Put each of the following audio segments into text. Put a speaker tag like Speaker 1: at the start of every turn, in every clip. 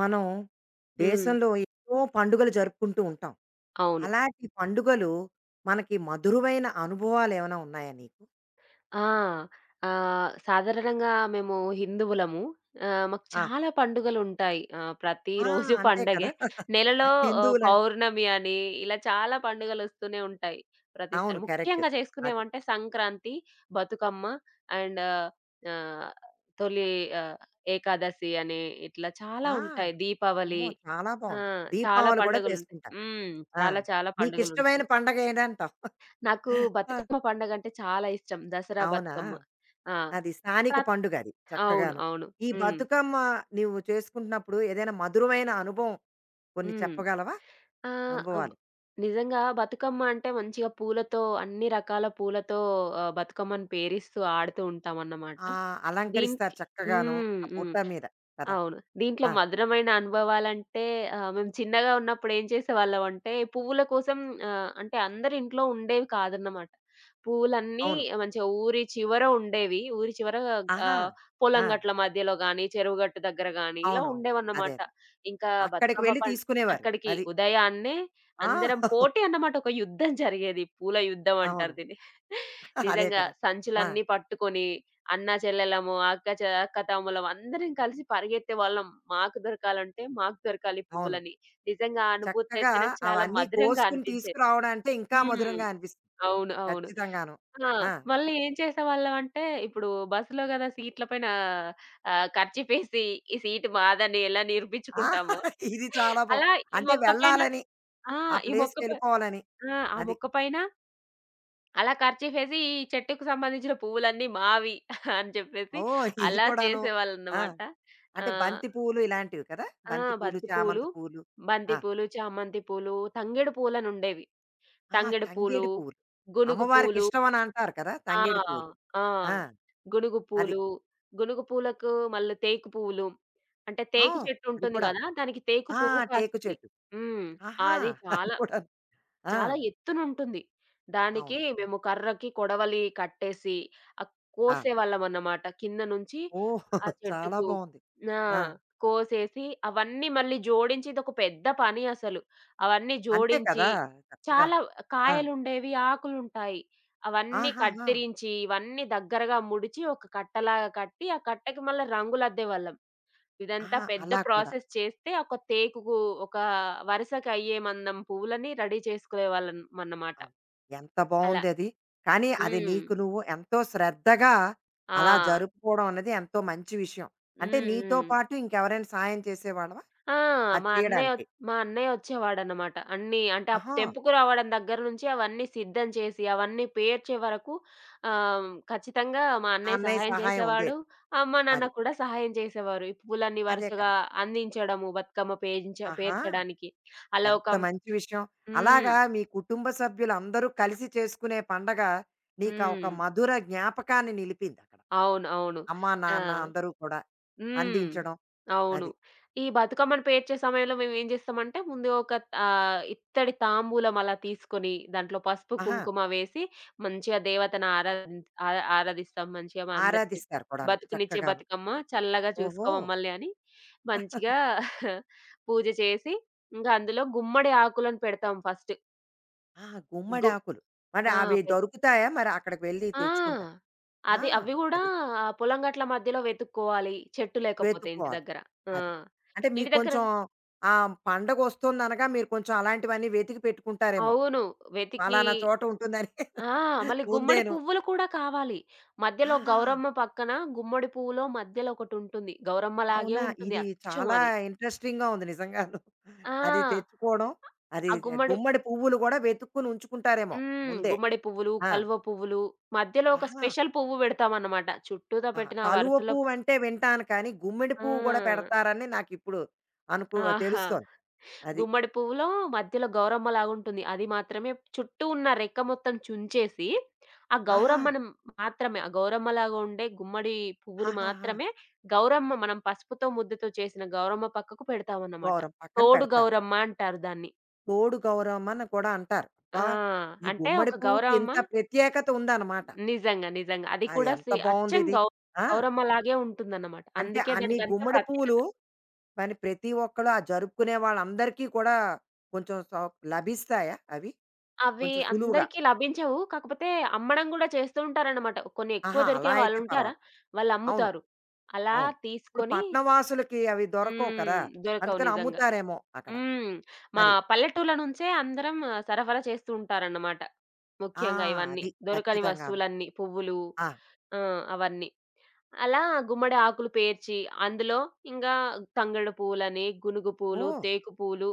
Speaker 1: మనం
Speaker 2: హ్మ్.
Speaker 1: దేశంలో ఎన్నో పండుగలు జరుపుకుంటూ ఉంటాం.
Speaker 2: అవును.
Speaker 1: అలాంటి పండుగలు మనకి మధురమైన అనుభవాలు ఏమైనా ఉన్నాయా నీకు?
Speaker 2: ఆ! సాధారణంగా మేము హిందువులము. మాకు
Speaker 1: ఆ!
Speaker 2: చాలా పండుగలుంటాయి.
Speaker 1: ఆ!
Speaker 2: ప్రతిరోజు
Speaker 1: అంతే
Speaker 2: పండగే.
Speaker 1: కదా!
Speaker 2: నెలలో
Speaker 1: హిందువులం
Speaker 2: పౌర్ణమి అని ఇలా చాలా పండుగలొస్తూనే ఉంటాయి
Speaker 1: అవును.
Speaker 2: ప్రతిసారి.
Speaker 1: కరెక్ట్.
Speaker 2: ముఖ్యంగా
Speaker 1: అదే.
Speaker 2: చేసుకునేవంటే సంక్రాంతి, బతుకమ్మ అండ్ ఆహ్, తొలి ఆహ్, ఏకాదశి అని ఇట్లా చాలా
Speaker 1: ఆ!
Speaker 2: ఉంటాయి. దీపావళి.
Speaker 1: అమ్మో! చాలా
Speaker 2: ఆ!
Speaker 1: బావుంది.
Speaker 2: చాలా
Speaker 1: దీపావళి కూడా
Speaker 2: పండుగలుంటాయి.
Speaker 1: చేసుకుంటారు.
Speaker 2: హ్మ్.
Speaker 1: ఆ!
Speaker 2: చాలా చాలా
Speaker 1: నీకిష్టమైన
Speaker 2: పండుగలుంటాయి.
Speaker 1: పండగ ఏదంటావు?
Speaker 2: నాకు
Speaker 1: ఆ!
Speaker 2: బతుకమ్మ పండగంటే చాలా ఇష్టం. దసరా,
Speaker 1: అవునా?
Speaker 2: బతుకమ్మ. ఆ!
Speaker 1: అది స్థానిక
Speaker 2: ప్రత్
Speaker 1: పండుగ అది
Speaker 2: అవును.
Speaker 1: చక్కగాను.
Speaker 2: అవును.
Speaker 1: ఈ
Speaker 2: హ్మ్.
Speaker 1: బతుకమ్మ నువ్వు చేసుకుంటున్నప్పుడు ఏదైనా మధురమైన అనుభవం కొన్ని
Speaker 2: హ్మ్.
Speaker 1: చెప్పగలవా?
Speaker 2: ఆ! అబ్
Speaker 1: అనుభవాలు?
Speaker 2: నిజంగా బతుకమ్మ అంటే మంచిగా పూలతో అన్ని రకాల పూలతో బతుకమ్మని పేరిస్తూ ఆడుతూ ఉంటామన్నమాట.
Speaker 1: ఆ! అలంకరిస్తారు
Speaker 2: దీనికి
Speaker 1: చక్కగాను.
Speaker 2: హ్మ్.
Speaker 1: ఆ బుట్ట
Speaker 2: హ్మ్.
Speaker 1: మీద కదా!
Speaker 2: అవును. దీంట్లో
Speaker 1: ఆ!
Speaker 2: మధురమైన అనుభవాలంటే మేము చిన్నగా ఉన్నప్పుడు ఏం చేసేవాళ్ళం అంటే పువ్వుల కోసం అంటే అందరి ఇంట్లో ఉండేవి కాదన్నమాట. పువ్వులన్నీ
Speaker 1: అవును.
Speaker 2: మంచిగా ఊరి చివర ఉండేవి. ఊరి చివర
Speaker 1: ఆహా!
Speaker 2: ఆహ్, పొలం
Speaker 1: ఆ!
Speaker 2: గట్ల మధ్యలో గాని, చెరువు గట్టు దగ్గర గాని ఇలా
Speaker 1: అవునవును. అదే.
Speaker 2: ఉండేవన్నమాట.
Speaker 1: అదే.
Speaker 2: ఇంకా
Speaker 1: అక్కడికి
Speaker 2: బతుకమ్మ
Speaker 1: వెళ్లి
Speaker 2: పం
Speaker 1: తీసుకునేవారు.
Speaker 2: అక్కడికి
Speaker 1: అది.
Speaker 2: ఉదయాన్నే
Speaker 1: ఆ!
Speaker 2: అందరం పోటీ అన్నమాట. ఒక యుద్ధం జరిగేది. పూల యుద్ధం అంటారు
Speaker 1: అవును.
Speaker 2: దీన్ని.
Speaker 1: అదే
Speaker 2: నిజంగా
Speaker 1: కదా! ఆ!
Speaker 2: సంచులన్నీ పట్టుకొని అన్నా చెల్లెళ్ళము, అక్క తమ్ముళ్ళం అందరం కలిసి పరిగెత్తేవాళ్ళం. మాకు దొరకాలంటే మాకు దొరకాలి
Speaker 1: అవును.
Speaker 2: పువ్వులని. నిజంగా ఆ అనుభూతి
Speaker 1: చక్కగా
Speaker 2: అయితే నాకు చాలా
Speaker 1: అవన్నీ
Speaker 2: మధురంగా
Speaker 1: కోసుకొని
Speaker 2: అనిపించేది.
Speaker 1: తీసుకురావడమంటే ఇంకా
Speaker 2: హ్మ్.
Speaker 1: మధురంగా అనిపిస్తుంది.
Speaker 2: అవును. అవును.
Speaker 1: ఖచ్చితంగాను.
Speaker 2: ఆ!
Speaker 1: ఆ! ఆ!
Speaker 2: మళ్ళీ ఏం చేసేవాళ్ళమంటే ఇప్పుడు బస్సులో గదా! సీట్ల పైన కర్చీఫేసి ఈ సీట్ మాదని ఎలా నిరూపించుకుంటామో
Speaker 1: ఇది చాలా బావుంది.
Speaker 2: అలా ఈ
Speaker 1: అంటే
Speaker 2: మొక్క పైన
Speaker 1: వెళ్ళాలని,
Speaker 2: ఆ!
Speaker 1: ఆ
Speaker 2: ఈ మొక్క పై
Speaker 1: ప్లేస్‌కెళ్ళిపోవాలని.
Speaker 2: ఆ! ఆ
Speaker 1: అది.
Speaker 2: మొక్క పైన అలా ఖర్చీఫేసి ఈ చెట్టుకి సంబంధించిన పువ్వులన్నీ మావి అని చెప్పేసి
Speaker 1: ఓహ్! ఇది
Speaker 2: అలా
Speaker 1: కూడాను. ఆ!
Speaker 2: చేసేవాళ్ళనమాట.
Speaker 1: అంటే
Speaker 2: ఆహ్,
Speaker 1: బంతి పువ్వులు ఇలాంటివి కదా!
Speaker 2: ఆ! ఆ,
Speaker 1: బంతి పూలు,
Speaker 2: బంతి పూలు,
Speaker 1: చామంతి పూలు.
Speaker 2: బంతి
Speaker 1: ఆ!
Speaker 2: పూలు, చామంతి పూలు, తంగేడు పూలనుండేవి.
Speaker 1: ఆహా!
Speaker 2: తంగేడు పూలు,
Speaker 1: తంగేడి పువ్వులు.
Speaker 2: గునుగు
Speaker 1: అమ్మవారికి
Speaker 2: పూలు
Speaker 1: ఇష్టమని అంటారు కదా!
Speaker 2: ఆ!
Speaker 1: తంగేడి పువ్వులు.
Speaker 2: ఆ!
Speaker 1: ఆ!
Speaker 2: గునుగు
Speaker 1: అది.
Speaker 2: పూలు, గునుగు పూలకు మళ్ళీ తేకు పువ్వులు. అంటే తేకు
Speaker 1: ఓహ్!
Speaker 2: చెట్టు
Speaker 1: అది
Speaker 2: ఉంటుంది
Speaker 1: కూడా.
Speaker 2: గదా! దానికి తేకు
Speaker 1: ఆ!
Speaker 2: పువ్వు
Speaker 1: టేకు
Speaker 2: కాస్తుంది.
Speaker 1: చెట్టు.
Speaker 2: హ్మ్.
Speaker 1: ఆహా!
Speaker 2: అది
Speaker 1: అది
Speaker 2: చాలా
Speaker 1: కూడా. ఆ!
Speaker 2: చాలా ఎత్తునుంటుంది. దానికి
Speaker 1: అవును.
Speaker 2: మేము కర్రకి కొడవలి కట్టేసి ఆహ్,
Speaker 1: ఆ!
Speaker 2: కోసేవాళ్ళమన్నమాట. కింద నుంచి
Speaker 1: ఓహ్!
Speaker 2: ఆ
Speaker 1: చాలా
Speaker 2: చెట్టుకు
Speaker 1: బావుంది.
Speaker 2: ఆ!
Speaker 1: ఆ!
Speaker 2: కోసేసి అవన్నీ మళ్ళీ జోడించి ఇదొక పెద్ద పని అసలు. అవన్నీ
Speaker 1: అంతే
Speaker 2: జోడించి
Speaker 1: కదా! చక్కగా.
Speaker 2: చాలా
Speaker 1: ఆ!
Speaker 2: కాయలుండేవి, ఆకులుంటాయి. అవన్నీ
Speaker 1: ఆహాహా!
Speaker 2: కత్తిరించి, ఇవన్నీ దగ్గరగా ముడిచి ఒక కట్టలాగా కట్టి, ఆ కట్టకి మళ్ళా రంగులద్దేవాళ్ళం. ఇదంతా
Speaker 1: ఆహా!
Speaker 2: పెద్ద
Speaker 1: అలా కూడా.
Speaker 2: ప్రాసెస్ చేస్తే ఒక టేకుకు ఒక వరుసకి అయ్యే మందం పువ్వులని రెడీ చేసుకునేవాళ్ళమన్నమాట.
Speaker 1: అవును. ఎంత
Speaker 2: అలా.
Speaker 1: బావుందది. కానీ అది
Speaker 2: హ్మ్.
Speaker 1: నీకు నువ్వు ఎంతో శ్రద్ధగా
Speaker 2: ఆ!
Speaker 1: అలా జరుపుకోవడం అన్నది ఎంతో మంచి విషయం. అంటే
Speaker 2: హ్మ్.
Speaker 1: నీతో
Speaker 2: హ్మ్.
Speaker 1: పాటు ఇంకెవరైనా సాయం చేసేవాళ్ళవా?
Speaker 2: ఆ!
Speaker 1: అది చేయడానికి?
Speaker 2: మా అన్నయ్య వచ్చేవాడన్నమాట. అన్నీ అంటే ఆ
Speaker 1: ఆహా!
Speaker 2: తెంపుకు రావడం దగ్గర నుంచి అవన్నీ సిద్ధం చేసి, అవన్నీ పేర్చే వరకు ఖచ్చితంగా మా
Speaker 1: ఆ
Speaker 2: అన్నయ్య
Speaker 1: అన్నయ్య
Speaker 2: సహాయం
Speaker 1: సహాయం
Speaker 2: చేసేవాడు.
Speaker 1: ఉండేది.
Speaker 2: అమ్మ, నాన్న
Speaker 1: అది.
Speaker 2: కూడా సహాయం చేసేవారు. ఈ పువ్వులన్నీ
Speaker 1: అదే కదా!
Speaker 2: వరుసగా అందించడము బతుకమ్మ
Speaker 1: ఆహా!
Speaker 2: పేర్చడానికి. అలా ఒక
Speaker 1: ఎంత మంచి విషయం.
Speaker 2: హ్మ్.
Speaker 1: అలాగా మీ కుటుంబ సభ్యులందరూ కలిసి చేసుకునే పండగ నీకా ఒక
Speaker 2: హ్మ్.
Speaker 1: మధుర జ్ఞాపకాన్ని నిలిపిందక్కడ.
Speaker 2: అవును. అవును.
Speaker 1: అమ్మా,
Speaker 2: ఆ!
Speaker 1: నాన్న అందరూ కూడా
Speaker 2: హ్మ్.
Speaker 1: అందించడం.
Speaker 2: అవును.
Speaker 1: అది.
Speaker 2: ఈ బతుకమ్మను పేర్చే సమయంలో మేమేం జేస్తామంటే, ముందు ఒక ఇత్తడి తాంబూలం అలా తీసుకొని, దాంట్లో పసుపు,
Speaker 1: ఆహా!
Speaker 2: కుంకుమ వేసి, మంచిగా దేవతను ఆరాధి ఆ ఆరాధిస్తాం. మంచిగా మా అందరికి
Speaker 1: ఆరాధిస్తారు కూడాను
Speaker 2: బతుకునిచ్చే
Speaker 1: చక్కగాను.
Speaker 2: బతుకమ్మ, చల్లగా
Speaker 1: ఓహో!
Speaker 2: చూసుకో మమ్మల్ని అని మంచిగా పూజ చేసి, ఇంకా అందులో గుమ్మడి ఆకులను పెడతాం ఫస్ట్.
Speaker 1: ఆ!
Speaker 2: గు
Speaker 1: గుమ్మడాకులు. మరి
Speaker 2: ఆ!
Speaker 1: అవి దొరుకుతాయా? మరి అక్కడికి వెళ్లి
Speaker 2: ఆ!
Speaker 1: తెచ్చుకుంటారు. ఆ!
Speaker 2: అది అవి గూడా
Speaker 1: అది.
Speaker 2: ఆ పొలం గట్ల మధ్యలో వెతుక్కోవాలి. చెట్టు లేకపోతే ఇంటి
Speaker 1: వెతుక్కోవాలి.
Speaker 2: దగ్గర. ఆ!
Speaker 1: అది. అంటే
Speaker 2: ఇంటి
Speaker 1: మీకు
Speaker 2: దగ్గర
Speaker 1: కొంచెం ఆ పండగొస్తుందనగా మీరు కొంచెం అలాంటివన్నీ వెతికి పెట్టుకుంటారేమో.
Speaker 2: అవును. వెతికి
Speaker 1: పలానా చోట ఉంటుందని
Speaker 2: ఆ! మళ్ళీ గుమ్మడి
Speaker 1: ముందేను.
Speaker 2: పువ్వులు కూడా కావాలి. మధ్యలో
Speaker 1: ఆహా!
Speaker 2: గౌరమ్మ పక్కన గుమ్మడి పువ్వులో మధ్యలో ఒకటుంటుంది. గౌరమ్మలాగే
Speaker 1: అవునా?
Speaker 2: ఉంటుంది
Speaker 1: ఇది
Speaker 2: అచ్చం
Speaker 1: చాలా
Speaker 2: అది.
Speaker 1: ఇంట్రెస్టింగ్‌గా ఉంది నిజంగాను. అది
Speaker 2: ఆ!
Speaker 1: తెచ్చుకోవడం, అది
Speaker 2: ఆ గుమ్మడి
Speaker 1: గుమ్మడి పువ్వులు గూడా వెతుక్కొని ఉంచుకుంటారేమో
Speaker 2: హ్మ్.
Speaker 1: ముందే.
Speaker 2: గుమ్మడి పువ్వులు,
Speaker 1: ఆ!
Speaker 2: కలువ పువ్వులు మధ్యలో ఒక
Speaker 1: ఆహా!
Speaker 2: స్పెషల్ పువ్వు పెడతామన్నమాట. చుట్టూతా
Speaker 1: ఆహా!
Speaker 2: పెట్టిన ఆ
Speaker 1: కలువ
Speaker 2: వరుసలో
Speaker 1: పువ్వంటే వింటాను కానీ, గుమ్మిడి పువ్వు గూడా
Speaker 2: ఆ!
Speaker 1: పెడతారని నాకిప్పుడు అనుకు
Speaker 2: ఆహా!
Speaker 1: తెలుస్తోంది. అది.
Speaker 2: గుమ్మడి పువ్వులో మధ్యలో గౌరమ్మ లాగుంటుంది. అది మాత్రమే చుట్టూ ఉన్న రెక్క మొత్తం చుంచేసి, ఆ
Speaker 1: ఆహా!
Speaker 2: గౌరమ్మను మాత్రమే, ఆ గౌరమ్మలాగా ఉండే గుమ్మడి పువ్వుని
Speaker 1: ఆహాహా!
Speaker 2: మాత్రమే గౌరమ్మ మనం పసుపుతో, ముద్దతో చేసిన గౌరమ్మ పక్కకు పెడతామన్నమాట.
Speaker 1: గౌరమ్మ పక్కన
Speaker 2: తోడు
Speaker 1: పెడతారు.
Speaker 2: గౌరమ్మ అంటారు దాన్ని.
Speaker 1: తోడు గౌరమ్మని కూడా అంటారు. అబ్బా!
Speaker 2: ఆ!
Speaker 1: ఇది
Speaker 2: అంటే
Speaker 1: గుమ్మడి
Speaker 2: ఒక
Speaker 1: పువ్వుకి ఇంత
Speaker 2: గౌరమ్మ
Speaker 1: ప్రత్యేకత ఉందన్నమాట.
Speaker 2: నిజంగా. నిజంగా. అది
Speaker 1: అది
Speaker 2: కూడా
Speaker 1: ఎంత
Speaker 2: సే అచ్చం
Speaker 1: బావుందిది.
Speaker 2: గౌ
Speaker 1: ఆ!
Speaker 2: గౌరమ్మలాగే ఉంటుందన్నమాట.
Speaker 1: అంటే
Speaker 2: అందుకే
Speaker 1: అన్ని
Speaker 2: దానికంత
Speaker 1: గుమ్మడి పువ్వులు
Speaker 2: ప్రత్యేకత.
Speaker 1: మరి ప్రతి ఒక్కళ్ళు ఆ జరుపుకునే వాళ్ళందరికీ కూడా కొంచెం లభిస్తాయా అవి?
Speaker 2: అవి
Speaker 1: కొంచెం సులువుగా.
Speaker 2: అందరికీ లభించవు. కాకపోతే అమ్మడం గూడా చేస్తూ ఉంటారన్నమాట. కొన్ని ఎక్కువ
Speaker 1: ఆహా! అలా
Speaker 2: దొరికిన
Speaker 1: అయితే
Speaker 2: వాళ్ళుంటారా,
Speaker 1: పర్వాలేదు. అవును.
Speaker 2: వాళ్ళమ్ముతారు. అలా
Speaker 1: అవును. ఇప్పుడు
Speaker 2: తీసుకొని
Speaker 1: పట్నవాసులకి అవి దొరకవు కదా!
Speaker 2: హ్మ్. దొరకవు
Speaker 1: అందుకని
Speaker 2: నిజంగా.
Speaker 1: అమ్ముతారేమో అక్కడ.
Speaker 2: హ్మ్. మా
Speaker 1: అది.
Speaker 2: పల్లెటూర్ల నుంచే అందరం ఆ, సరఫరా చేస్తూ ఉంటారన్నమాట.
Speaker 1: ఆ!
Speaker 2: ముఖ్యంగా ఇవన్నీ.
Speaker 1: అది.
Speaker 2: దొరకని
Speaker 1: ఖచ్చితంగాను.
Speaker 2: వస్తువులన్నీ. పువ్వులు
Speaker 1: ఆ!
Speaker 2: ఆ! అవన్నీ. అలా గుమ్మడి ఆకులు పేర్చి అందులో ఇంగా తంగేడు పూలని, గునుగు పూలు,
Speaker 1: ఓహ్!
Speaker 2: తేకు పూలు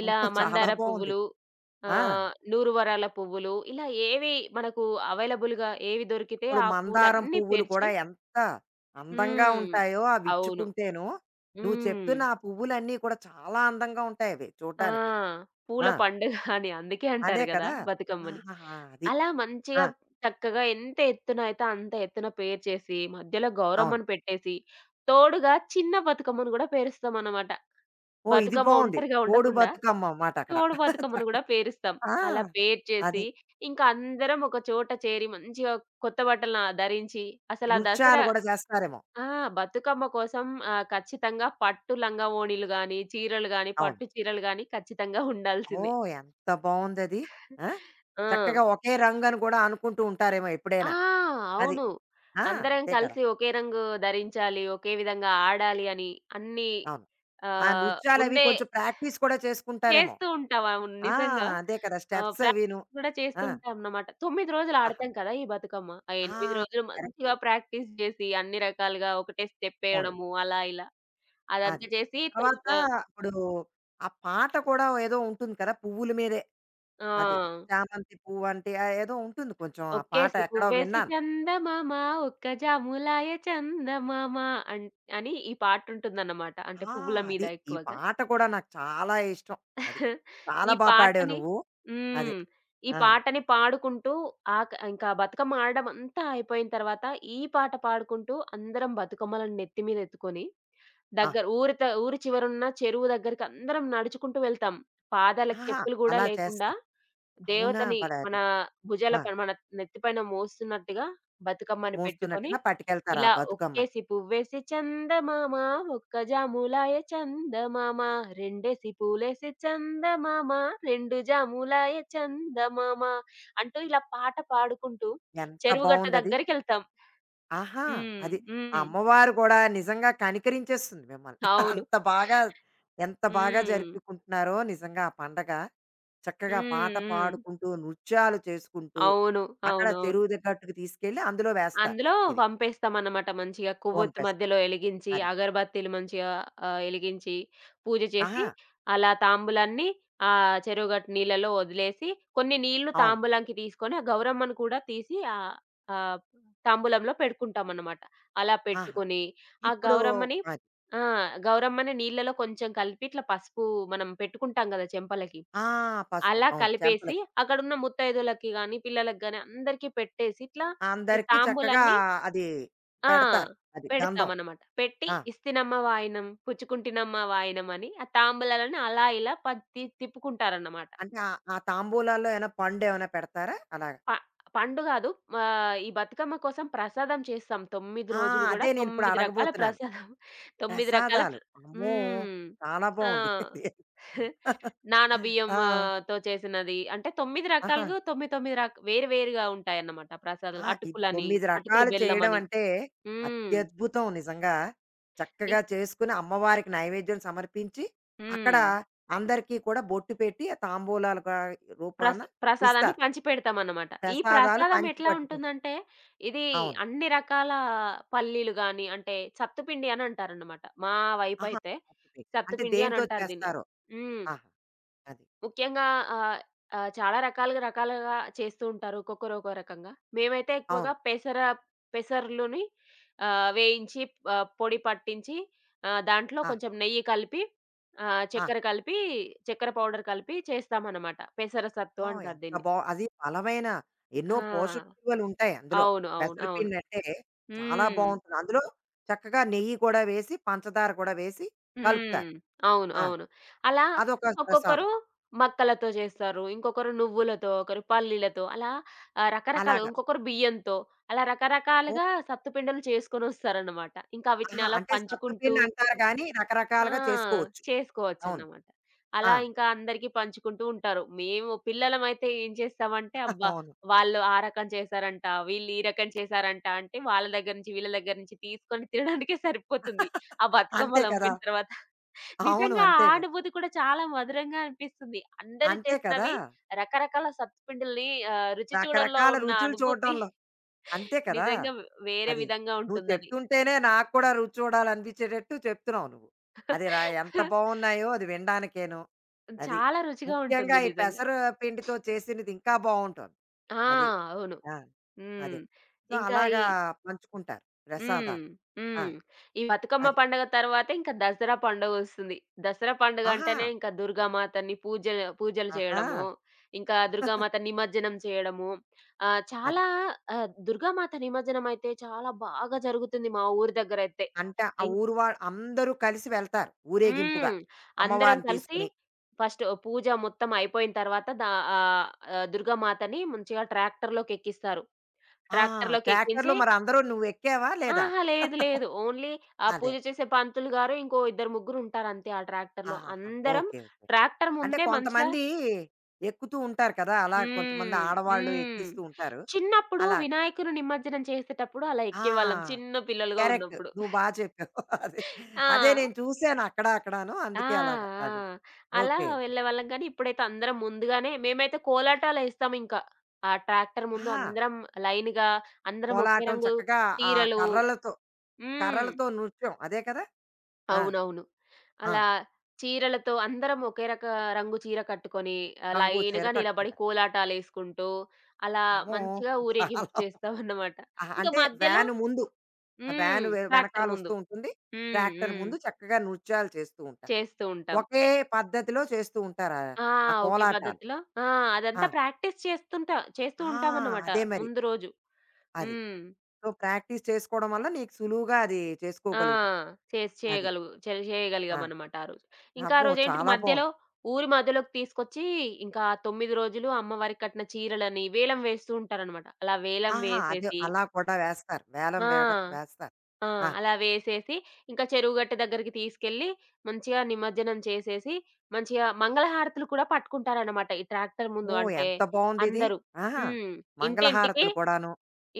Speaker 2: ఇలా
Speaker 1: అమ్మో! చాలా
Speaker 2: మందార
Speaker 1: బావుంది.
Speaker 2: పువ్వులు,
Speaker 1: ఆ!
Speaker 2: నూరు వరాల పువ్వులు ఇలా ఏవి మనకు అవైలబుల్‌గా ఏవి దొరికితే
Speaker 1: ఇప్పుడు
Speaker 2: ఆ
Speaker 1: మందారం
Speaker 2: పూలన్నీ
Speaker 1: పువ్వులు కూడా
Speaker 2: పేర్చి
Speaker 1: ఎంత అందంగా
Speaker 2: హ్మ్.
Speaker 1: ఉంటాయో అవి
Speaker 2: అవును.
Speaker 1: ఇచ్చుకుంటేను. నువ్వు
Speaker 2: హ్మ్.
Speaker 1: చెప్తున్న ఆ పువ్వులన్నీ కూడా చాలా అందంగా ఉంటాయవి
Speaker 2: ఆ!
Speaker 1: చూడ్డానికి.
Speaker 2: పూల
Speaker 1: ఆ!
Speaker 2: పండుగ అని అందుకే
Speaker 1: అదే
Speaker 2: అంటారు గదా!
Speaker 1: కదా!
Speaker 2: బతుకమ్మని.
Speaker 1: ఆహాహా! అది.
Speaker 2: అలా
Speaker 1: ఆ!
Speaker 2: మంచిగా చక్కగా ఎంత ఎత్తున అయితే అంత ఎత్తున పేర్చేసి మధ్యలో
Speaker 1: అవును.
Speaker 2: గౌరమ్మను పెట్టేసి, తోడుగా చిన్న బతుకమ్మను గూడా పేరుస్తామన్నమాట.
Speaker 1: ఓహ్! ఇది
Speaker 2: బతుకమ్మ
Speaker 1: బావుంది.
Speaker 2: ఒంటరిగా
Speaker 1: తోడు
Speaker 2: ఉండకుండా.
Speaker 1: బతుకమ్మ అన్నమాట అక్కడ.
Speaker 2: తోడు బతుకమ్మని
Speaker 1: చక్కగా
Speaker 2: గూడా పేరుస్తాం.
Speaker 1: ఆ!
Speaker 2: అలా
Speaker 1: అది.
Speaker 2: పేర్చేసి, ఇంకా అందరం ఒక చోట చేరి మంచిగా కొత్త బట్టలు ధరించి అసలు ఆ
Speaker 1: నృత్యాలు
Speaker 2: దసరా
Speaker 1: గూడా చేస్తారేమో.
Speaker 2: ఆ! బతుకమ్మ కోసం ఖచ్చితంగా పట్టు లంగా ఓణీలు గాని, చీరలు గాని,
Speaker 1: అవును.
Speaker 2: పట్టు చీరలు గాని ఖచ్చితంగా ఉండాల్సిందే.
Speaker 1: ఓహ్! ఎంత బావుందది. ఆ!
Speaker 2: ఆ!
Speaker 1: చక్కగా ఒకే రంగని గూడా అనుకుంటూ ఉంటారేమో
Speaker 2: ఆ!
Speaker 1: ఎప్పుడైనా. అది.
Speaker 2: అవును.
Speaker 1: ఆ!
Speaker 2: అందరం
Speaker 1: అంతే కదా!
Speaker 2: కలిసి ఒకే రంగు ధరించాలి. ఒకే విధంగా ఆడాలి అని అన్నీ
Speaker 1: అవును. ఆ నృత్యాలవి
Speaker 2: ముందే
Speaker 1: కొంచెం ప్రాక్టీస్ కూడా చేసుకుంటారేమో.
Speaker 2: చేస్తూ ఉంటాం. అవును.
Speaker 1: ఆ!
Speaker 2: నిజంగా.
Speaker 1: అదే కదా! స్టెప్స్ అవిను.
Speaker 2: ప్రాక్టీస్ కూడా చేస్తూ
Speaker 1: ఆ!
Speaker 2: ఉంటామన్నమాట. 9 రోజులు
Speaker 1: ఆహా!
Speaker 2: ఆడతాం కదా! ఈ బతుకమ్మ. ఆ
Speaker 1: ఆ!
Speaker 2: 8 రోజులు
Speaker 1: కరెక్ట్.
Speaker 2: మంచిగా ప్రాక్టీస్ చేసి అన్ని రకాలుగా ఒకటే
Speaker 1: అవును.
Speaker 2: స్టెప్పేయడము అలా ఇలా.
Speaker 1: అది.
Speaker 2: అదంతా చేసి తొమ్
Speaker 1: తర్వాత
Speaker 2: ఆహ్,
Speaker 1: ఇప్పుడు ఆ పాట కూడా ఏదో ఉంటుంది కదా! పువ్వుల మీదే. అది.
Speaker 2: ఆ!
Speaker 1: చామంతి పువ్వంటే ఏదో ఉంటుంది కొంచెం ఆ పాట
Speaker 2: ఒక్కేసి
Speaker 1: ఎక్కడో
Speaker 2: పువ్వేసి
Speaker 1: విన్నాను.
Speaker 2: చందమామ ఒక్క జాములాయె చందమామ అన్ అని ఈ పాటుంటుందన్నమాట. అంటే
Speaker 1: ఆ!
Speaker 2: పువ్వుల మీద
Speaker 1: అది. ఈ
Speaker 2: ఎక్కువగా.
Speaker 1: పాట కూడా నాకు చాలా ఇష్టం. అది. చాలా
Speaker 2: ఈ
Speaker 1: పాడావు
Speaker 2: పాటని
Speaker 1: నువ్వు. అది.
Speaker 2: హ్మ్. ఈ
Speaker 1: ఆ!
Speaker 2: పాటని పాడుకుంటూ ఇంకా బతుకమ్మ ఆడడం అంతా అయిపోయిన తర్వాత ఈ పాట పాడుకుంటూ అందరం బతుకమ్మలను నెత్తి మీద ఎత్తుకొని
Speaker 1: ఆ!
Speaker 2: దగ్గర ఊరి చివరున్న చెరువు దగ్గరికి అందరం నడుచుకుంటూ వెళ్తాం. పాదాలకు
Speaker 1: ఆహా!
Speaker 2: చెప్పులు గూడా
Speaker 1: అలా
Speaker 2: లేకుండా
Speaker 1: చేస్తారు. అవునా!
Speaker 2: దేవతని
Speaker 1: మరి
Speaker 2: మన
Speaker 1: అది.
Speaker 2: భుజాల
Speaker 1: ఆ!
Speaker 2: పైన మన నెత్తిపైన మోస్తున్నట్టుగా బతుకమ్మని పెట్టుకొని,
Speaker 1: మోస్తున్నట్టుగా పట్టుకెళ్తారు ఆ
Speaker 2: ఇలా
Speaker 1: బతుకమ్మని.
Speaker 2: ఒక్కేసి పువ్వేసి చందమామ, ఒక్క జాములాయె చందమామ, రెండేసి పూలేసి చందమామ, రెండు జాములాయె చందమామ అంటూ ఇలా పాట పాడుకుంటూ
Speaker 1: ఎంత
Speaker 2: చెరువు గట్ట
Speaker 1: బావుందది.
Speaker 2: దగ్గరికెళ్తాం.
Speaker 1: ఆహా!
Speaker 2: హ్మ్.
Speaker 1: అది. ఆ
Speaker 2: హ్మ్.
Speaker 1: అమ్మవారు గూడా నిజంగా కనికరించేస్తుంది మిమ్మల్ని.
Speaker 2: అవును.
Speaker 1: అంత బాగా ఎంత బాగా
Speaker 2: హ్మ్.
Speaker 1: జరుపుకుంటున్నారో నిజంగా ఆ పండగ. చక్కగా
Speaker 2: హ్మ్.
Speaker 1: పాట
Speaker 2: హ్మ్.
Speaker 1: పాడుకుంటూ, నృత్యాలు చేసుకుంటూ,
Speaker 2: అవును.
Speaker 1: అక్కడ
Speaker 2: అవునవును.
Speaker 1: చెరువు గట్టుకు తీసుకెళ్ళి అందులో వేస్తారు.
Speaker 2: అందులో
Speaker 1: ఇది.
Speaker 2: వంపేస్తామన్నమాట మంచిగా. కొవ్వొత్తి
Speaker 1: ఓంపేస్తారు.
Speaker 2: మధ్యలో ఎలిగించి,
Speaker 1: అది.
Speaker 2: అగరబత్తీలు మంచిగా ఎలిగించి, పూజ చేసి,
Speaker 1: ఆహా!
Speaker 2: అలా తాంబూలాన్ని ఆ చెరువుగట్టు నీళ్ళలో వదిలేసి, కొన్ని నీళ్లు
Speaker 1: అవును.
Speaker 2: తాంబూలంకి తీసుకొని, ఆ గౌరమ్మను కూడా తీసి ఆహ్, ఆహ్, తాంబూలంలో పెట్టుకుంటామన్నమాట. అలా
Speaker 1: ఆహా!
Speaker 2: పెట్టుకొని, ఆ
Speaker 1: ఇప్పుడు
Speaker 2: గౌరమ్మని
Speaker 1: అది.
Speaker 2: ఆ! గౌరమ్మని నీళ్ళలో కొంచెం కలిపి ఇట్లా పసుపు మనం పెట్టుకుంటాం గదా! చెంపలకి.
Speaker 1: ఆ! పసుపు.
Speaker 2: అలా
Speaker 1: అవును.
Speaker 2: కలిపేసి,
Speaker 1: చెంపలకి.
Speaker 2: అక్కడున్న ముత్తైదులకి గాని, పిల్లలకి గాని అందరికీ పెట్టేసి, ఇట్లా ఈ
Speaker 1: అందరికీ చక్కగా
Speaker 2: తాంబూలాన్ని
Speaker 1: అది
Speaker 2: ఆ!
Speaker 1: పెడతారు. అది గంధం.
Speaker 2: పెడతామనమాట. పెట్టి
Speaker 1: ఆ!
Speaker 2: ఇస్తినమ్మ వాయినం, పుచ్చుకుంటినమ్మ వాయినం అని ఆ తాంబూలాలని అలా ఇలా ప తి తిప్పుకుంటారన్నమాట.
Speaker 1: అంటే ఆ ఆ తాంబూలాల్లో ఏమైనా పండేమైనా పెడతారా? అలాగ.
Speaker 2: ప పండు గాదు ఈ బతుకమ్మ కోసం ప్రసాదం చేస్తాం. 9
Speaker 1: ఆ!
Speaker 2: రోజులు గూడా
Speaker 1: అదే నేనిప్పుడు
Speaker 2: 9 రకాల
Speaker 1: అడగబోతున్నాను.
Speaker 2: ప్రసాదం 9 రకాల
Speaker 1: ప్రసాదాలు.
Speaker 2: ప్ర
Speaker 1: అమ్మో!
Speaker 2: హ్మ్.
Speaker 1: చాలా
Speaker 2: ఆ!
Speaker 1: బావుంది ఇది.
Speaker 2: నానబియ్యం
Speaker 1: ఆ!
Speaker 2: తో చేసినది. అంటే 9
Speaker 1: ఆహా!
Speaker 2: రకాలుగా 9 వేరు వేరుగా ఉంటాయన్నమాట ప్రసాదాలు.
Speaker 1: ఆ! ఇది
Speaker 2: అటుకులని,
Speaker 1: 9
Speaker 2: అటుకులు
Speaker 1: రకాలు చేయడం
Speaker 2: బెల్లమని.
Speaker 1: అంటే
Speaker 2: హ్మ్.
Speaker 1: అత్యద్భుతం నిజంగా.
Speaker 2: ఇం
Speaker 1: చక్కగా చేసుకుని అమ్మవారికి నైవేద్యం సమర్పించి, అక్కడ
Speaker 2: హ్మ్.
Speaker 1: అందరికీ కూడా బొట్టు పెట్టి, తాంబూలాలుగా రూపాన
Speaker 2: ప్రసాదాన్ని
Speaker 1: ఇస్తారు.
Speaker 2: పంచిపెడతామన్నమాట. ఈ
Speaker 1: ప్రసాదాలు
Speaker 2: ప్రసాదం
Speaker 1: పంచి
Speaker 2: ఎట్లా
Speaker 1: పట్టుకుంటారు.
Speaker 2: ఉంటుందంటే, ఇది
Speaker 1: అవును.
Speaker 2: అన్ని రకాల పల్లీలు గాని, అంటే సత్తుపిండి అని అంటారన్నమాట. మా
Speaker 1: ఆహా!
Speaker 2: వైపైతే
Speaker 1: బొట్టు పెట్టి. అంటే
Speaker 2: సత్తుపిండి అని
Speaker 1: దేనితో
Speaker 2: అంటారు దీన్ని.
Speaker 1: చేస్తారో.
Speaker 2: హ్మ్.
Speaker 1: ఆహా! అది.
Speaker 2: ముఖ్యంగా ఆహ్, ఆహ్, చాలా రకాలుగా రకాలుగా చేస్తూ ఉంటారు. ఒక్కొక్కరు ఒక్కో రకంగా. మేమైతే
Speaker 1: అవును.
Speaker 2: ఎక్కువగా పెసర్లుని వేయించి పొడి పట్టించి దాంట్లో
Speaker 1: ఆ!
Speaker 2: కొంచెం నెయ్యి కలిపి
Speaker 1: ఆ!
Speaker 2: చక్కెర కలిపి, చక్కెర పౌడర్ కలిపి చేస్తామన్నమాట. పెసర సత్తు
Speaker 1: ఆ!
Speaker 2: అంటారు
Speaker 1: ఎంత
Speaker 2: దీన్ని.
Speaker 1: అది బలమైన ఎన్నో పోషక
Speaker 2: ఆ!
Speaker 1: విలువలుంటాయి అందులో.
Speaker 2: అవును. అవును. అవును.
Speaker 1: పెసరపిండి అంటే చాలా
Speaker 2: హ్మ్.
Speaker 1: బావుంటుంది. అందులో చక్కగా నెయ్యి కూడా వేసి, పంచదార కూడా వేసి కలుపుతారు.
Speaker 2: హ్మ్. అవును.
Speaker 1: ఆ!
Speaker 2: అవును. అలా
Speaker 1: అదొక
Speaker 2: ఒక్కొక్కరు
Speaker 1: ప్రసాదం.
Speaker 2: మక్కలతో చేస్తారు. ఇంకొకరు నువ్వులతో, ఒకరు పల్లీలతో అలా రకరకాలు
Speaker 1: అలాగా.
Speaker 2: ఇంకొకరు బియ్యంతో అలా
Speaker 1: ఓహ్!
Speaker 2: రకరకాలుగా సత్తుపిండలు చేసుకొనొస్తారన్నమాట. ఇంకా వీటిని
Speaker 1: ఆహా!
Speaker 2: అలా
Speaker 1: అంటే
Speaker 2: పంచుకుంటూ
Speaker 1: సత్తుపిండి అంటారు గానీ
Speaker 2: ఆ!
Speaker 1: రకరకాలుగా చేసుకోవచ్చు. అవును.
Speaker 2: చేసుకోవచ్చన్నమాట.
Speaker 1: ఆ!
Speaker 2: అలా ఇంకా అందరికి పంచుకుంటూ ఉంటారు. మేము పిల్లలమైతే ఏం చేస్తామంటే, అబ్బా!
Speaker 1: అవును.
Speaker 2: వాళ్ళు ఆ రకం చేశారంట, వీళ్ళు ఈ రకం చేశారంట అంటే, వాళ్ళ దగ్గర నుంచి, వీళ్ళ దగ్గర నుంచి తీసుకొని తినడానికే సరిపోతుంది. ఆ
Speaker 1: అంతే
Speaker 2: బతుకమ్మలు
Speaker 1: కదా!
Speaker 2: పంపిన తర్వాత.
Speaker 1: అవును.
Speaker 2: నిజంగా ఆ
Speaker 1: అంతేగా.
Speaker 2: అనుభూతి కూడా చాలా మధురంగా అనిపిస్తుంది. అందరూ
Speaker 1: అంతే కదా!
Speaker 2: చేసినవి రకరకాల సత్తుపిండిల్ని రుచి చూడల్లో
Speaker 1: రకరకాల
Speaker 2: ఉన్న
Speaker 1: రుచులు
Speaker 2: అనుభూతి
Speaker 1: చూడడంలో అంతే కదా!
Speaker 2: నిజంగా వేరే
Speaker 1: అది.
Speaker 2: విధంగా
Speaker 1: నువ్వు
Speaker 2: ఉంటుందది.
Speaker 1: చెప్తుంటేనే నాకు కూడా రుచి చూడాలనిపించేటట్టు చెప్తున్నావు నువ్వు. అది రా ఎంత బావున్నాయో అది వినడానికేను. అది.
Speaker 2: చాలా రుచిగా
Speaker 1: ముఖ్యంగా
Speaker 2: ఉంటుంది
Speaker 1: ఈ
Speaker 2: నిజంగా.
Speaker 1: పెసర పిండితో చేసినది ఇంకా బావుంటుంది.
Speaker 2: ఆ!
Speaker 1: అది.
Speaker 2: అవును.
Speaker 1: ఆ!
Speaker 2: హ్మ్.
Speaker 1: అదే. సో,
Speaker 2: ఇంకా ఈ
Speaker 1: అలాగా పంచుకుంటారు
Speaker 2: హ్మ్.
Speaker 1: ప్రసాదాలు. ఆ!
Speaker 2: హ్మ్. ఈ బతుకమ్మ
Speaker 1: అది.
Speaker 2: పండుగ తర్వాత ఇంకా దసరా పండుగొస్తుంది. దసరా పండుగ
Speaker 1: ఆహా!
Speaker 2: అంటేనే ఇంకా దుర్గామాతని పూజ పూజలు
Speaker 1: ఆహా!
Speaker 2: చేయడము, ఇంకా దుర్గామాత నిమజ్జనం చేయడము. ఆహ్,
Speaker 1: అదే.
Speaker 2: చాలా దుర్గామాత నిమజ్జనం అయితే చాలా బాగా జరుగుతుంది మా ఊరు దగ్గరైతే.
Speaker 1: అంటే ఆ
Speaker 2: ఇం
Speaker 1: ఊరు వాళ్ళు అందరూ కలిసి వెళ్తారు ఊరేగింపుగా.
Speaker 2: హ్మ్. అందరం
Speaker 1: అమ్మవారిని
Speaker 2: కలిసి
Speaker 1: తీసుకొని.
Speaker 2: ఫస్ట్ పూజ మొత్తం అయిపోయిన తర్వాత ఆహ్, దుర్గామాతని మంచిగా ట్రాక్టర్‌లోకెక్కిస్తారు.
Speaker 1: ఆ!
Speaker 2: ట్రాక్టర్‌లోకెక్కించి
Speaker 1: ట్రాక్టర్‌లో మరి అందరూ నువ్వెక్కావా లేదా?
Speaker 2: అహా! లేదు. లేదు. ఓన్లీ ఆ
Speaker 1: అదే.
Speaker 2: పూజ చేసే పంతులు గారు, ఇంకో ఇద్దరు ముగ్గురు ఉంటారంతే ఆ ట్రాక్టర్‌లో.
Speaker 1: ఆహాహా!
Speaker 2: అందరం
Speaker 1: ఓకే. ఓకే.
Speaker 2: ట్రాక్టర్
Speaker 1: అంటే
Speaker 2: ముందే మంచిగా
Speaker 1: కొంతమంది ఎక్కుతూ ఉంటారు కదా! అలా కొంతమంది
Speaker 2: హ్మ్.
Speaker 1: ఆడవాళ్ళు
Speaker 2: హ్మ్.
Speaker 1: ఎక్కిస్తూ ఉంటారు.
Speaker 2: చిన్నప్పుడు
Speaker 1: అలా.
Speaker 2: వినాయకుని నిమజ్జనం చేసేటప్పుడు అలా ఎక్కేవాళ్ళం
Speaker 1: ఆ!
Speaker 2: చిన్న పిల్లలుగా
Speaker 1: కరెక్ట్.
Speaker 2: ఉన్నప్పుడు.
Speaker 1: నువ్వు బా చెప్పావు. అదే. అదే
Speaker 2: ఆ!
Speaker 1: నేను చూసాను అక్కడ అక్కడాను.
Speaker 2: ఆ!
Speaker 1: అందుకే అలాగా.
Speaker 2: ఆ!
Speaker 1: అది.
Speaker 2: అలా
Speaker 1: ఓకే.
Speaker 2: వెళ్ళేవాళ్ళం కానీ, ఇప్పుడైతే అందరం ముందుగానే మేమైతే కోలాటాలేస్తాం ఇంకా. ఆ ట్రాక్టర్ ముందు
Speaker 1: ఆ!
Speaker 2: అందరం లైన్‌గా అందరం ఒకే
Speaker 1: కోలాటం
Speaker 2: రంగు
Speaker 1: చక్కగా ఆ
Speaker 2: చీరలు
Speaker 1: కర్రలతో,
Speaker 2: హ్మ్.
Speaker 1: కర్రలతో నృత్యం అదే కదా! ఆ!
Speaker 2: అవునవును.
Speaker 1: ఆ!
Speaker 2: అలా చీరలతో అందరం ఒకే రక రంగు చీర కట్టుకొని,
Speaker 1: రంగు చీర
Speaker 2: లైన్‌గా నిలబడి
Speaker 1: కట్టుకుంటారు.
Speaker 2: కోలాటాలేసుకుంటూ, అలా
Speaker 1: అమ్మో!
Speaker 2: మంచిగా
Speaker 1: చాలా
Speaker 2: ఊరేగింపు చేస్తామన్నమాట.
Speaker 1: అహా!
Speaker 2: ఇంక
Speaker 1: అంటే
Speaker 2: మధ్యలో
Speaker 1: వ్యాను ముందు. ఆ
Speaker 2: హ్మ్.
Speaker 1: వ్యాను
Speaker 2: ట్రాక్టర్ ముందు.
Speaker 1: వెనకాలొస్తూ ఉంటుంది.
Speaker 2: హ్మ్.
Speaker 1: ట్రాక్టర్
Speaker 2: హ్మ్.
Speaker 1: ముందు చక్కగా నృత్యాలు చేస్తూ ఉంటారు.
Speaker 2: చేస్తూ ఉంటాం.
Speaker 1: ఒకే పద్ధతిలో చేస్తూ ఉంటారా? ఆ
Speaker 2: ఆ!
Speaker 1: ఆ
Speaker 2: ఒకే
Speaker 1: కోలాటాలు.
Speaker 2: పద్ధతిలో ఆ!
Speaker 1: ఆ!
Speaker 2: అదంతా ప్రాక్టీస్ చేస్తుంటా చేస్తూ
Speaker 1: ఆ!
Speaker 2: ఉంటామన్నమాట
Speaker 1: అదే మరి.
Speaker 2: ముందు రోజు.
Speaker 1: అది.
Speaker 2: హ్మ్.
Speaker 1: సో, ప్రాక్టీస్ చేసుకోవడం వల్ల నీకు సులువుగా అది
Speaker 2: ఆ!
Speaker 1: చేసుకోగలుగుతున్నావు.
Speaker 2: చేసి
Speaker 1: అది.
Speaker 2: చేయగలుగు చే
Speaker 1: ఆ!
Speaker 2: చేయగలిగామనమాట ఆ రోజు. ఇంకా ఆ
Speaker 1: అబ్బో!
Speaker 2: రోజేంటిది
Speaker 1: చాలా
Speaker 2: మధ్యలో
Speaker 1: బావుంది.
Speaker 2: ఊరి మధ్యలోకి తీసుకొచ్చి ఇంకా 9 రోజులు అమ్మవారికి కట్టిన చీరలని వేలం వేస్తూ ఉంటారనమాట. అలా వేలం
Speaker 1: ఆహా! అదే
Speaker 2: వేసేసి
Speaker 1: అలా కూడా వేస్తారు. వేలం వేయడం
Speaker 2: ఆ!
Speaker 1: వేస్తారు.
Speaker 2: ఆ!
Speaker 1: ఆహా!
Speaker 2: అలా వేసేసి ఇంకా చెరువు గట్టు దగ్గరికి తీసుకెళ్ళి మంచిగా నిమజ్జనం చేసేసి, మంచిగా మంగళహారతులు కూడా పట్టుకుంటారనమాట. ఈ ట్రాక్టర్ ముందు
Speaker 1: ఓహ్!
Speaker 2: అంటే
Speaker 1: ఎంత బావుందిది.
Speaker 2: అందరూ.
Speaker 1: ఆహా!
Speaker 2: హ్మ్. ఇంటింటికి
Speaker 1: మంగళహారతులు కూడాను.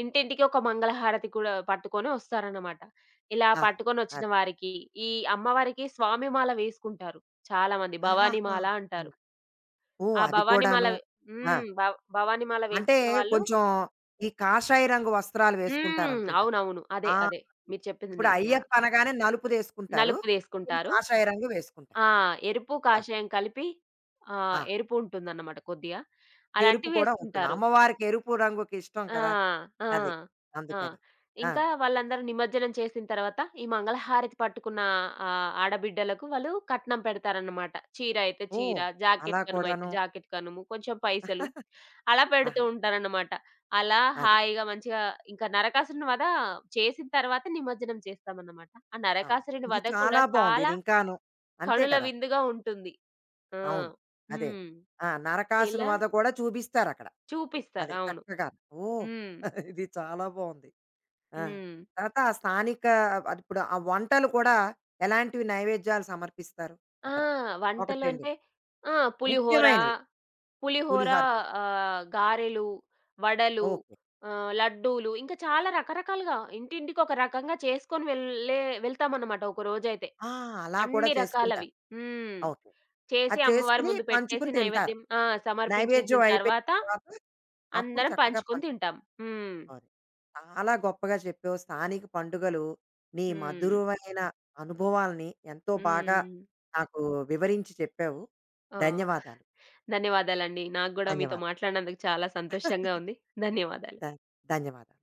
Speaker 2: ఇంటింటికి ఒక మంగళహారతి కూడా పట్టుకొని వస్తారన్నమాట. ఇలా
Speaker 1: ఆహా!
Speaker 2: పట్టుకొనొచ్చిన
Speaker 1: అది.
Speaker 2: వారికి, ఈ అమ్మవారికి స్వామి మాల వేసుకుంటారు చాలామంది. భవానీ
Speaker 1: ఆహాహా!
Speaker 2: మాల అంటారు.
Speaker 1: అలా. ఓహ్!
Speaker 2: ఆ
Speaker 1: అది
Speaker 2: భవానీ మాల
Speaker 1: కూడాను. ఆ!
Speaker 2: హ్మ్. భవానీ మాల
Speaker 1: అంటే
Speaker 2: వేసుకున్న వాళ్ళు
Speaker 1: కొంచెం ఈ కాషాయ రంగు వస్త్రాలు
Speaker 2: హ్మ్.
Speaker 1: వేసుకుంటారనుకుంటా.
Speaker 2: అవునవును. అదే.
Speaker 1: ఆ!
Speaker 2: అదే.
Speaker 1: ఇప్పుడు
Speaker 2: ఆ!
Speaker 1: అయ్యప్ప అనగానే నలుపుదేసుకుంటారు. దీన్ని
Speaker 2: నలుపుదేసుకుంటారు.
Speaker 1: కాషాయ రంగు వేసుకుంటారు.
Speaker 2: ఆ! ఎరుపు,
Speaker 1: ఆ!
Speaker 2: కాషాయం కలిపి
Speaker 1: ఆ!
Speaker 2: ఎరుపు ఉంటుందన్నమాట కొద్దిగా.
Speaker 1: ఎరుపు
Speaker 2: అలాంటివి
Speaker 1: కూడా ఉంటుంది.
Speaker 2: వేసుకుంటారు.
Speaker 1: అమ్మవారికి ఎరుపు రంగుకి ఇష్టం
Speaker 2: ఆ!
Speaker 1: కదా!
Speaker 2: ఆ!
Speaker 1: అది.
Speaker 2: ఆ!
Speaker 1: అందుకని. ఆ!
Speaker 2: ఇంకా వాళ్ళందరూ నిమజ్జనం చేసిన తర్వాత, ఈ మంగళహారతి పట్టుకున్న ఆడబిడ్డలకు వాళ్ళు కట్నం పెడతారన్నమాట. చీర అయితే చీర,
Speaker 1: ఓహ్! అలా
Speaker 2: జాకెట్ కనుమ అయితే
Speaker 1: కూడాను.
Speaker 2: జాకెట్ కనుము, కొంచెం పైసలు అలా పెడుతూ
Speaker 1: ఆహా!
Speaker 2: ఉంటారన్నమాట. అలా
Speaker 1: అది.
Speaker 2: హాయిగా మంచిగా ఇంకా నరకాసురుని వధ చేసిన తర్వాత నిమజ్జనం చేస్తామన్నమాట. ఆ
Speaker 1: ఆ!
Speaker 2: నరకాసురుని
Speaker 1: ఇది
Speaker 2: వధ కూడా
Speaker 1: చాలా బావుంది.
Speaker 2: చాలా
Speaker 1: ఇది ఇంకాను. అంతే
Speaker 2: కనుల
Speaker 1: కదా!
Speaker 2: విందుగా ఉంటుంది. ఆ!
Speaker 1: అవును. అదే.
Speaker 2: హ్మ్.
Speaker 1: ఆ! నరకాసుని
Speaker 2: ఇలా
Speaker 1: వధ కూడా చూపిస్తారక్కడ.
Speaker 2: చూపిస్తారు.
Speaker 1: అదే
Speaker 2: అవును.
Speaker 1: చక్కగాను. ఓహ్!
Speaker 2: హ్మ్.
Speaker 1: ఇది చాలా బావుంది. ఆ!
Speaker 2: హ్మ్.
Speaker 1: తర్వాత ఆ స్థానిక అది ఇప్పుడు ఆ వంటలు కూడా ఎలాంటివి నైవేద్యాలు సమర్పిస్తారు
Speaker 2: ఆ!
Speaker 1: అక్కడ? 1,
Speaker 2: వంటలు
Speaker 1: 2
Speaker 2: అంటే ఆ! పులిహోర,
Speaker 1: ముఖ్యమైనవి.
Speaker 2: పులిహోర
Speaker 1: పులిహార చేసి
Speaker 2: గారెలు, వడలు,
Speaker 1: ఓకే.
Speaker 2: లడ్డూలు ఇంకా చాలా రకరకాలుగా ఇంటింటికి ఒక రకంగా చేసుకొని వెళ్తామన్నమాట ఒక రోజైతే.
Speaker 1: ఆ! అలా కూడా
Speaker 2: అన్ని
Speaker 1: చేసుకుంటారు.
Speaker 2: రకాలవి. హ్మ్.
Speaker 1: ఓకే.
Speaker 2: చేసి
Speaker 1: అది
Speaker 2: అమ్మవారి
Speaker 1: చేసుకొని
Speaker 2: ముందు పెట్టేసి
Speaker 1: పంచుకుని తింటారు.
Speaker 2: నైవేద్యం ఆ! సమర్పించేసిన
Speaker 1: నైవేద్యం అయిపోయిన
Speaker 2: తర్వాత
Speaker 1: తర్వాత అప్పుడు
Speaker 2: అందరం
Speaker 1: చక్కగా
Speaker 2: పంచుకొని తింటాం. హ్మ్.
Speaker 1: పంచుకోవాలి. చాలా గొప్పగా చెప్పావు. స్థానిక పండుగలు నీ
Speaker 2: హ్మ్.
Speaker 1: మధురమైన అనుభవాల్ని ఎంతో బాగా
Speaker 2: హ్మ్.
Speaker 1: నాకు వివరించి చెప్పావు.
Speaker 2: ఆ!
Speaker 1: ధన్యవాదాలు.
Speaker 2: ధన్యవాదాలండి. నాకు గూడా మీతో
Speaker 1: ధన్యవాదాలు.
Speaker 2: మాట్లాడినందుకు చాలా సంతోషంగా ఉంది. ధన్యవాదాలు.
Speaker 1: ధ ధన్యవాదాలు.